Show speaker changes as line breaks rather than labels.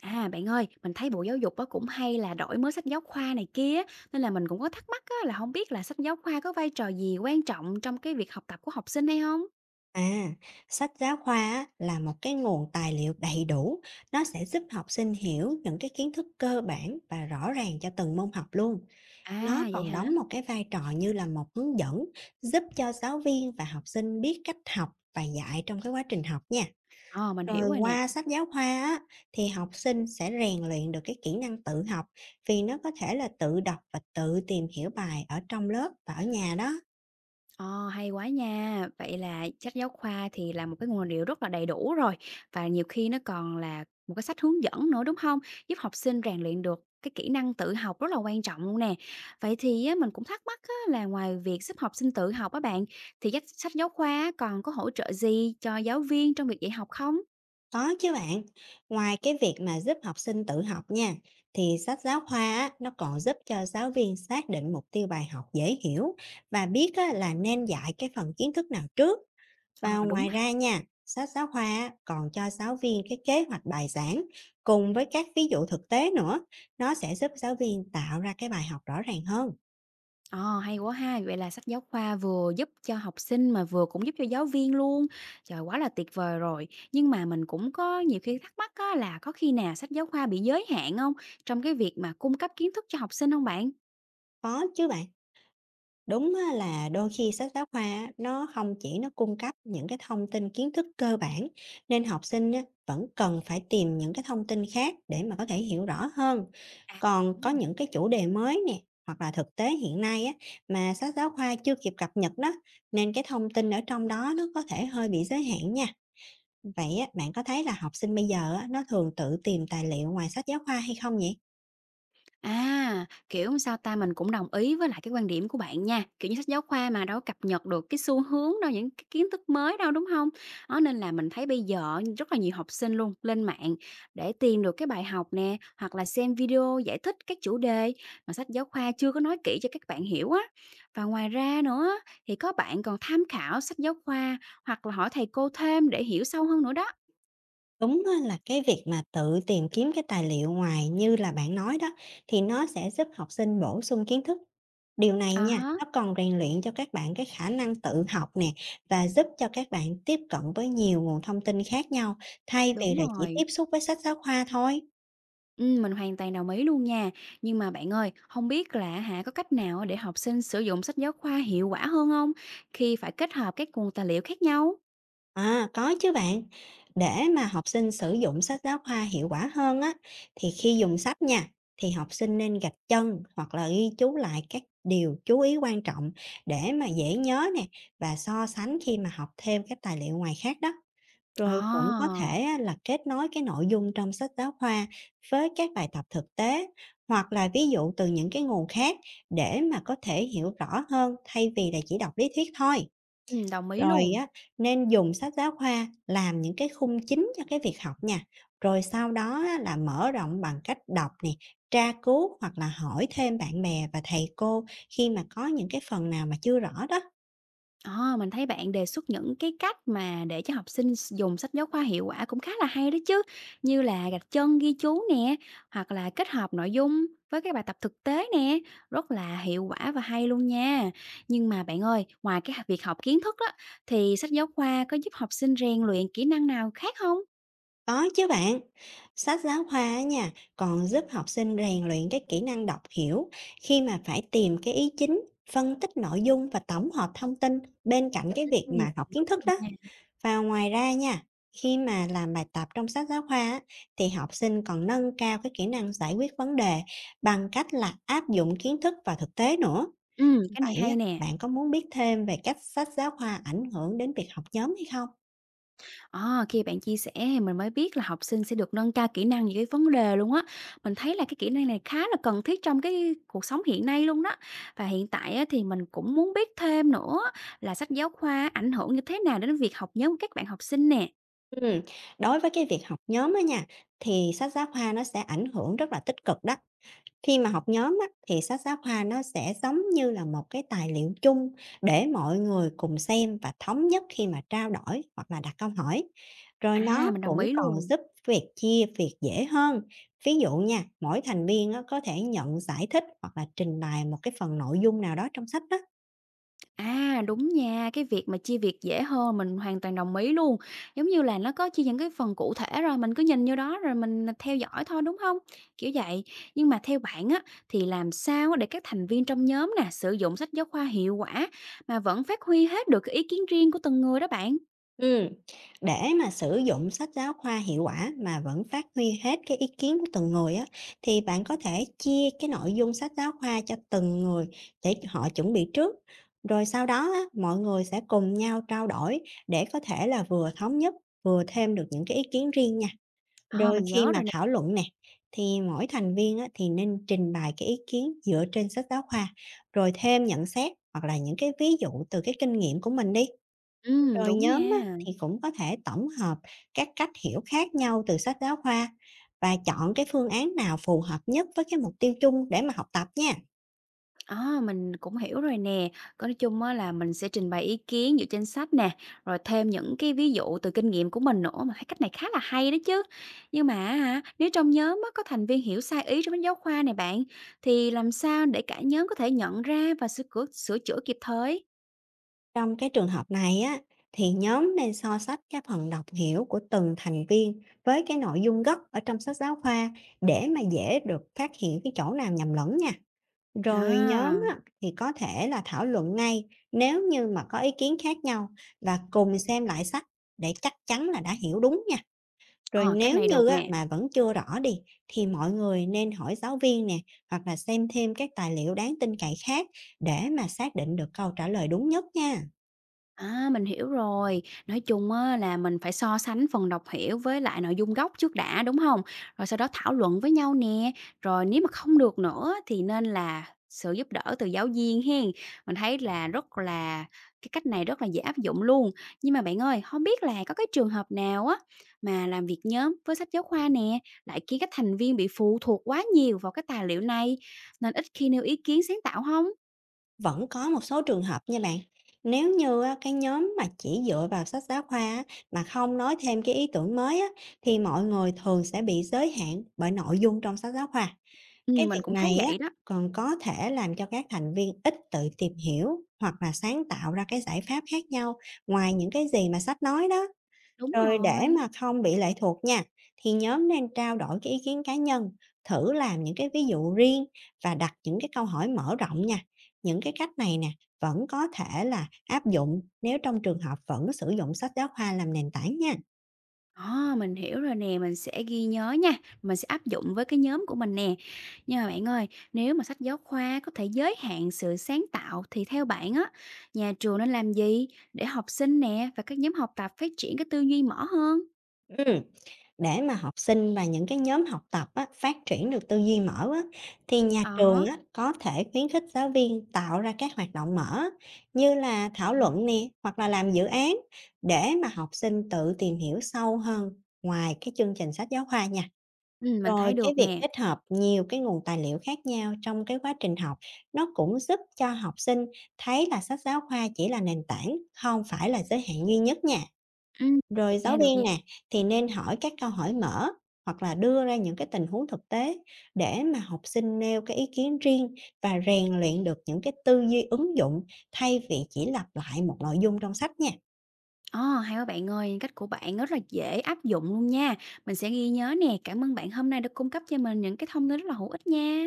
À, bạn ơi, mình thấy Bộ Giáo dục á cũng hay là đổi mới sách giáo khoa này kia á, nên là mình cũng có thắc mắc á là không biết là sách giáo khoa có vai trò gì quan trọng trong cái việc học tập của học sinh hay không.
À, sách giáo khoa á, là một cái nguồn tài liệu đầy đủ, nó sẽ giúp học sinh hiểu những cái kiến thức cơ bản và rõ ràng cho từng môn học luôn. Nó
À, vậy
còn
hả?
đóng một cái vai trò như là một hướng dẫn, giúp cho giáo viên và học sinh biết cách học và dạy trong cái quá trình học nha.
Ờ, mình hiểu
Rồi
rồi nè.
qua sách giáo khoa á, thì học sinh sẽ rèn luyện được cái kỹ năng tự học, vì nó có thể là tự đọc và tự tìm hiểu bài ở trong lớp và ở nhà đó.
Ồ, hay quá nha! Vậy là sách giáo khoa thì là một cái nguồn liệu rất là đầy đủ rồi, và nhiều khi nó còn là một cái sách hướng dẫn nữa, đúng không? Giúp học sinh rèn luyện được cái kỹ năng tự học rất là quan trọng luôn nè. Vậy thì á, mình cũng thắc mắc á, là ngoài việc giúp học sinh tự học á bạn, thì dắt sách giáo khoa còn có hỗ trợ gì cho giáo viên trong việc dạy học không?
Có chứ bạn, ngoài cái việc mà giúp học sinh tự học nha, thì sách giáo khoa á, nó còn giúp cho giáo viên xác định mục tiêu bài học dễ hiểu và biết á, là nên dạy cái phần kiến thức nào trước. Và
Ờ, đúng.
ngoài ra nha, sách giáo khoa á, còn cho giáo viên cái kế hoạch bài giảng cùng với các ví dụ thực tế nữa. Nó sẽ giúp giáo viên tạo ra cái bài học rõ ràng hơn.
Ờ, hay quá ha! Vậy là sách giáo khoa vừa giúp cho học sinh mà vừa cũng giúp cho giáo viên luôn. Trời, quá là tuyệt vời rồi! Nhưng mà mình cũng có nhiều khi thắc mắc á là có khi nào sách giáo khoa bị giới hạn không trong cái việc mà cung cấp kiến thức cho học sinh không bạn?
Có chứ bạn. Đúng á, là đôi khi sách giáo khoa á, nó không chỉ nó cung cấp những cái thông tin kiến thức cơ bản, nên học sinh á, vẫn cần phải tìm những cái thông tin khác để mà có thể hiểu rõ hơn.
À,
Còn
đúng
có
rồi.
những cái chủ đề mới nè, hoặc là thực tế hiện nay á, mà sách giáo khoa chưa kịp cập nhật đó, nên cái thông tin ở trong đó nó có thể hơi bị giới hạn nha. Vậy á, bạn có thấy là học sinh bây giờ á, nó thường tự tìm tài liệu ngoài sách giáo khoa hay không nhỉ?
À, kiểu, sao ta, mình cũng đồng ý với lại cái quan điểm của bạn nha, kiểu như, sách giáo khoa mà đâu có cập nhật được cái xu hướng đâu, những cái kiến thức mới đâu, đúng không? Đó, nên là mình thấy bây giờ rất là nhiều học sinh luôn lên mạng để tìm được cái bài học nè, hoặc là xem video giải thích các chủ đề mà sách giáo khoa chưa có nói kỹ cho các bạn hiểu á. Và ngoài ra nữa thì có bạn còn tham khảo sách giáo khoa hoặc là hỏi thầy cô thêm để hiểu sâu hơn nữa đó.
Đúng á, là cái việc mà tự tìm kiếm cái tài liệu ngoài như là bạn nói đó, thì nó sẽ giúp học sinh bổ sung kiến thức. Điều này
À
nha,
há,
nó còn rèn luyện cho các bạn cái khả năng tự học nè, và giúp cho các bạn tiếp cận với nhiều nguồn thông tin khác nhau, thay vì
đúng
là chỉ tiếp
rồi.
xúc với sách giáo khoa thôi.
Mình hoàn toàn đồng ý luôn nha. Nhưng mà bạn ơi, không biết là hả, có cách nào để học sinh sử dụng sách giáo khoa hiệu quả hơn không khi phải kết hợp các nguồn tài liệu khác nhau?
À, có chứ bạn. Để mà học sinh sử dụng sách giáo khoa hiệu quả hơn á, thì khi dùng sách nha, thì học sinh nên gạch chân hoặc là ghi chú lại các điều chú ý quan trọng để mà dễ nhớ nè, và so sánh khi mà học thêm các tài liệu ngoài khác đó. Rồi cũng có
À,
thể á, là kết nối cái nội dung trong sách giáo khoa với các bài tập thực tế hoặc là ví dụ từ những cái nguồn khác, để mà có thể hiểu rõ hơn thay vì là chỉ đọc lý thuyết thôi.
đồng ý
Rồi
luôn.
á, nên dùng sách giáo khoa làm những cái khung chính cho cái việc học nha. Rồi sau đó á, là mở rộng bằng cách đọc nè, tra cứu hoặc là hỏi thêm bạn bè và thầy cô khi mà có những cái phần nào mà chưa rõ đó.
Ờ, mình thấy bạn đề xuất những cái cách mà để cho học sinh s dùng sách giáo khoa hiệu quả cũng khá là hay đó chứ, như là gạch chân ghi chú nè, hoặc là kết hợp nội dung với các bài tập thực tế nè, rất là hiệu quả và hay luôn nha. Nhưng mà bạn ơi, ngoài cái việc học kiến thức đó, thì sách giáo khoa có giúp học sinh rèn luyện kỹ năng nào khác không?
Có chứ bạn. Sách giáo khoa á nha, còn giúp học sinh rèn luyện cái kỹ năng đọc hiểu khi mà phải tìm cái ý chính, phân tích nội dung và tổng hợp thông tin, bên cạnh cái
Ừ,
việc mà học kiến
đúng
thức
rồi
đó.
nha.
Và ngoài ra nha, khi mà làm bài tập trong sách giáo khoa á, thì học sinh còn nâng cao cái kỹ năng giải quyết vấn đề bằng cách là áp dụng kiến thức vào thực tế nữa.
Cái này
Vậy á,
hay nè.
bạn có muốn biết thêm về cách sách giáo khoa ảnh hưởng đến việc học nhóm hay không?
À, khi bạn chia sẻ thì mình mới biết là học sinh sẽ được nâng cao kỹ năng những cái vấn đề luôn á. Mình thấy là cái kỹ năng này khá là cần thiết trong cái cuộc sống hiện nay luôn đó. Và hiện tại á, thì mình cũng muốn biết thêm nữa là sách giáo khoa ảnh hưởng như thế nào đến việc học nhớ của các bạn học sinh nè.
Ừ. Đối với cái việc học nhóm á nha, thì sách giáo khoa nó sẽ ảnh hưởng rất là tích cực đó. Khi mà học nhóm á, thì sách giáo khoa nó sẽ giống như là một cái tài liệu chung để mọi người cùng xem và thống nhất khi mà trao đổi hoặc là đặt câu hỏi. Rồi
À,
nó
mình đồng
cũng
ý
còn
luôn.
giúp việc chia việc dễ hơn. Ví dụ nha, mỗi thành viên á, có thể nhận giải thích hoặc là trình bày một cái phần nội dung nào đó trong sách đó.
À, đúng nha, cái việc mà chia việc dễ hơn mình hoàn toàn đồng ý luôn. Giống như là nó có chia những cái phần cụ thể rồi, mình cứ nhìn vô đó rồi mình theo dõi thôi, đúng không? Kiểu vậy. Nhưng mà theo bạn á, thì làm sao á để các thành viên trong nhóm nè, sử dụng sách giáo khoa hiệu quả mà vẫn phát huy hết được cái ý kiến riêng của từng người đó bạn?
Ừm, để mà sử dụng sách giáo khoa hiệu quả mà vẫn phát huy hết cái ý kiến của từng người á, thì bạn có thể chia cái nội dung sách giáo khoa cho từng người để họ chuẩn bị trước. Rồi sau đó á, mọi người sẽ cùng nhau trao đổi, để có thể là vừa thống nhất, vừa thêm được những cái ý kiến riêng nha.
À,
Rồi
mình
khi
nhớ
mà
rồi nè.
thảo luận nè, thì mỗi thành viên á, thì nên trình bày cái ý kiến dựa trên sách giáo khoa, rồi thêm nhận xét hoặc là những cái ví dụ từ cái kinh nghiệm của mình đi. Rồi
Đúng
nhóm á,
nha.
thì cũng có thể tổng hợp các cách hiểu khác nhau từ sách giáo khoa và chọn cái phương án nào phù hợp nhất với cái mục tiêu chung để mà học tập nha.
À, mình cũng hiểu rồi nè. Có nói chung á là mình sẽ trình bày ý kiến dựa trên sách nè, rồi thêm những cái ví dụ từ kinh nghiệm của mình nữa, mà thấy cách này khá là hay đó chứ. Nhưng mà hả, nếu trong nhóm á có thành viên hiểu sai ý trong sách giáo khoa này bạn, thì làm sao để cả nhóm có thể nhận ra và sửa chữa kịp thời?
Trong cái trường hợp này á, thì nhóm nên so sánh các phần đọc hiểu của từng thành viên với cái nội dung gốc ở trong sách giáo khoa, để mà dễ được phát hiện cái chỗ nào nhầm lẫn nha. Rồi nhóm
À,
á, thì có thể là thảo luận ngay nếu như mà có ý kiến khác nhau, và cùng xem lại sách để chắc chắn là đã hiểu đúng nha. Rồi
ờ, cách
nếu
này
như
được
á,
nè.
mà vẫn chưa rõ đi, thì mọi người nên hỏi giáo viên nè, hoặc là xem thêm các tài liệu đáng tin cậy khác để mà xác định được câu trả lời đúng nhất nha.
À, mình hiểu rồi. Nói chung á là mình phải so sánh phần đọc hiểu với lại nội dung gốc trước đã, đúng không? Rồi sau đó thảo luận với nhau nè, rồi nếu mà không được nữa thì nên là sự giúp đỡ từ giáo viên hen. Mình thấy là rất là cái cách này rất là dễ áp dụng luôn. Nhưng mà bạn ơi, không biết là có cái trường hợp nào á, mà làm việc nhóm với sách giáo khoa nè, lại khiến các thành viên bị phụ thuộc quá nhiều vào cái tài liệu này, nên ít khi nêu ý kiến sáng tạo không?
Vẫn có một số trường hợp nha bạn. Nếu như á, cái nhóm mà chỉ dựa vào sách giáo khoa á, mà không nói thêm cái ý tưởng mới á, thì mọi người thường sẽ bị giới hạn bởi nội dung trong sách giáo khoa. Cái
Mình
việc
cũng thấy
này á,
vậy đó.
còn có thể làm cho các thành viên ít tự tìm hiểu hoặc là sáng tạo ra cái giải pháp khác nhau ngoài những cái gì mà sách nói đó.
Đúng
Rồi để
rồi.
mà không bị lệ thuộc nha, thì nhóm nên trao đổi cái ý kiến cá nhân, thử làm những cái ví dụ riêng và đặt những cái câu hỏi mở rộng nha. Những cái cách này nè, vẫn có thể là áp dụng nếu trong trường học vẫn sử dụng sách giáo khoa làm nền tảng nha.
À, mình hiểu rồi nè, mình sẽ ghi nhớ nha, mình sẽ áp dụng với cái nhóm của mình nè. Nhưng mà bạn ơi, nếu mà sách giáo khoa có thể giới hạn sự sáng tạo thì theo bạn á, nhà trường nên làm gì để học sinh nè và các nhóm học tập phát triển cái tư duy mở hơn?
Ừ. Để mà học sinh và những cái nhóm học tập á, phát triển được tư duy mở á, thì nhà
Ờ
trường
hớ,
á, có thể khuyến khích giáo viên tạo ra các hoạt động mở như là thảo luận nè, hoặc là làm dự án để mà học sinh tự tìm hiểu sâu hơn ngoài cái chương trình sách giáo khoa nha.
ừ, mình
Rồi
thấy
cái
được
việc
nè.
kết hợp nhiều cái nguồn tài liệu khác nhau trong cái quá trình học, nó cũng giúp cho học sinh thấy là sách giáo khoa chỉ là nền tảng, không phải là giới hạn duy nhất nha.
Ừ, được
Rồi
nha,
giáo
được
viên
nha.
nè, thì nên hỏi các câu hỏi mở hoặc là đưa ra những cái tình huống thực tế, để mà học sinh nêu cái ý kiến riêng và rèn luyện được những cái tư duy ứng dụng, thay vì chỉ lặp lại một nội dung trong sách nha.
Ồ, hay quá bạn ơi, cách của bạn rất là dễ áp dụng luôn nha. Mình sẽ ghi nhớ nè, cảm ơn bạn hôm nay đã cung cấp cho mình những cái thông tin rất là hữu ích nha.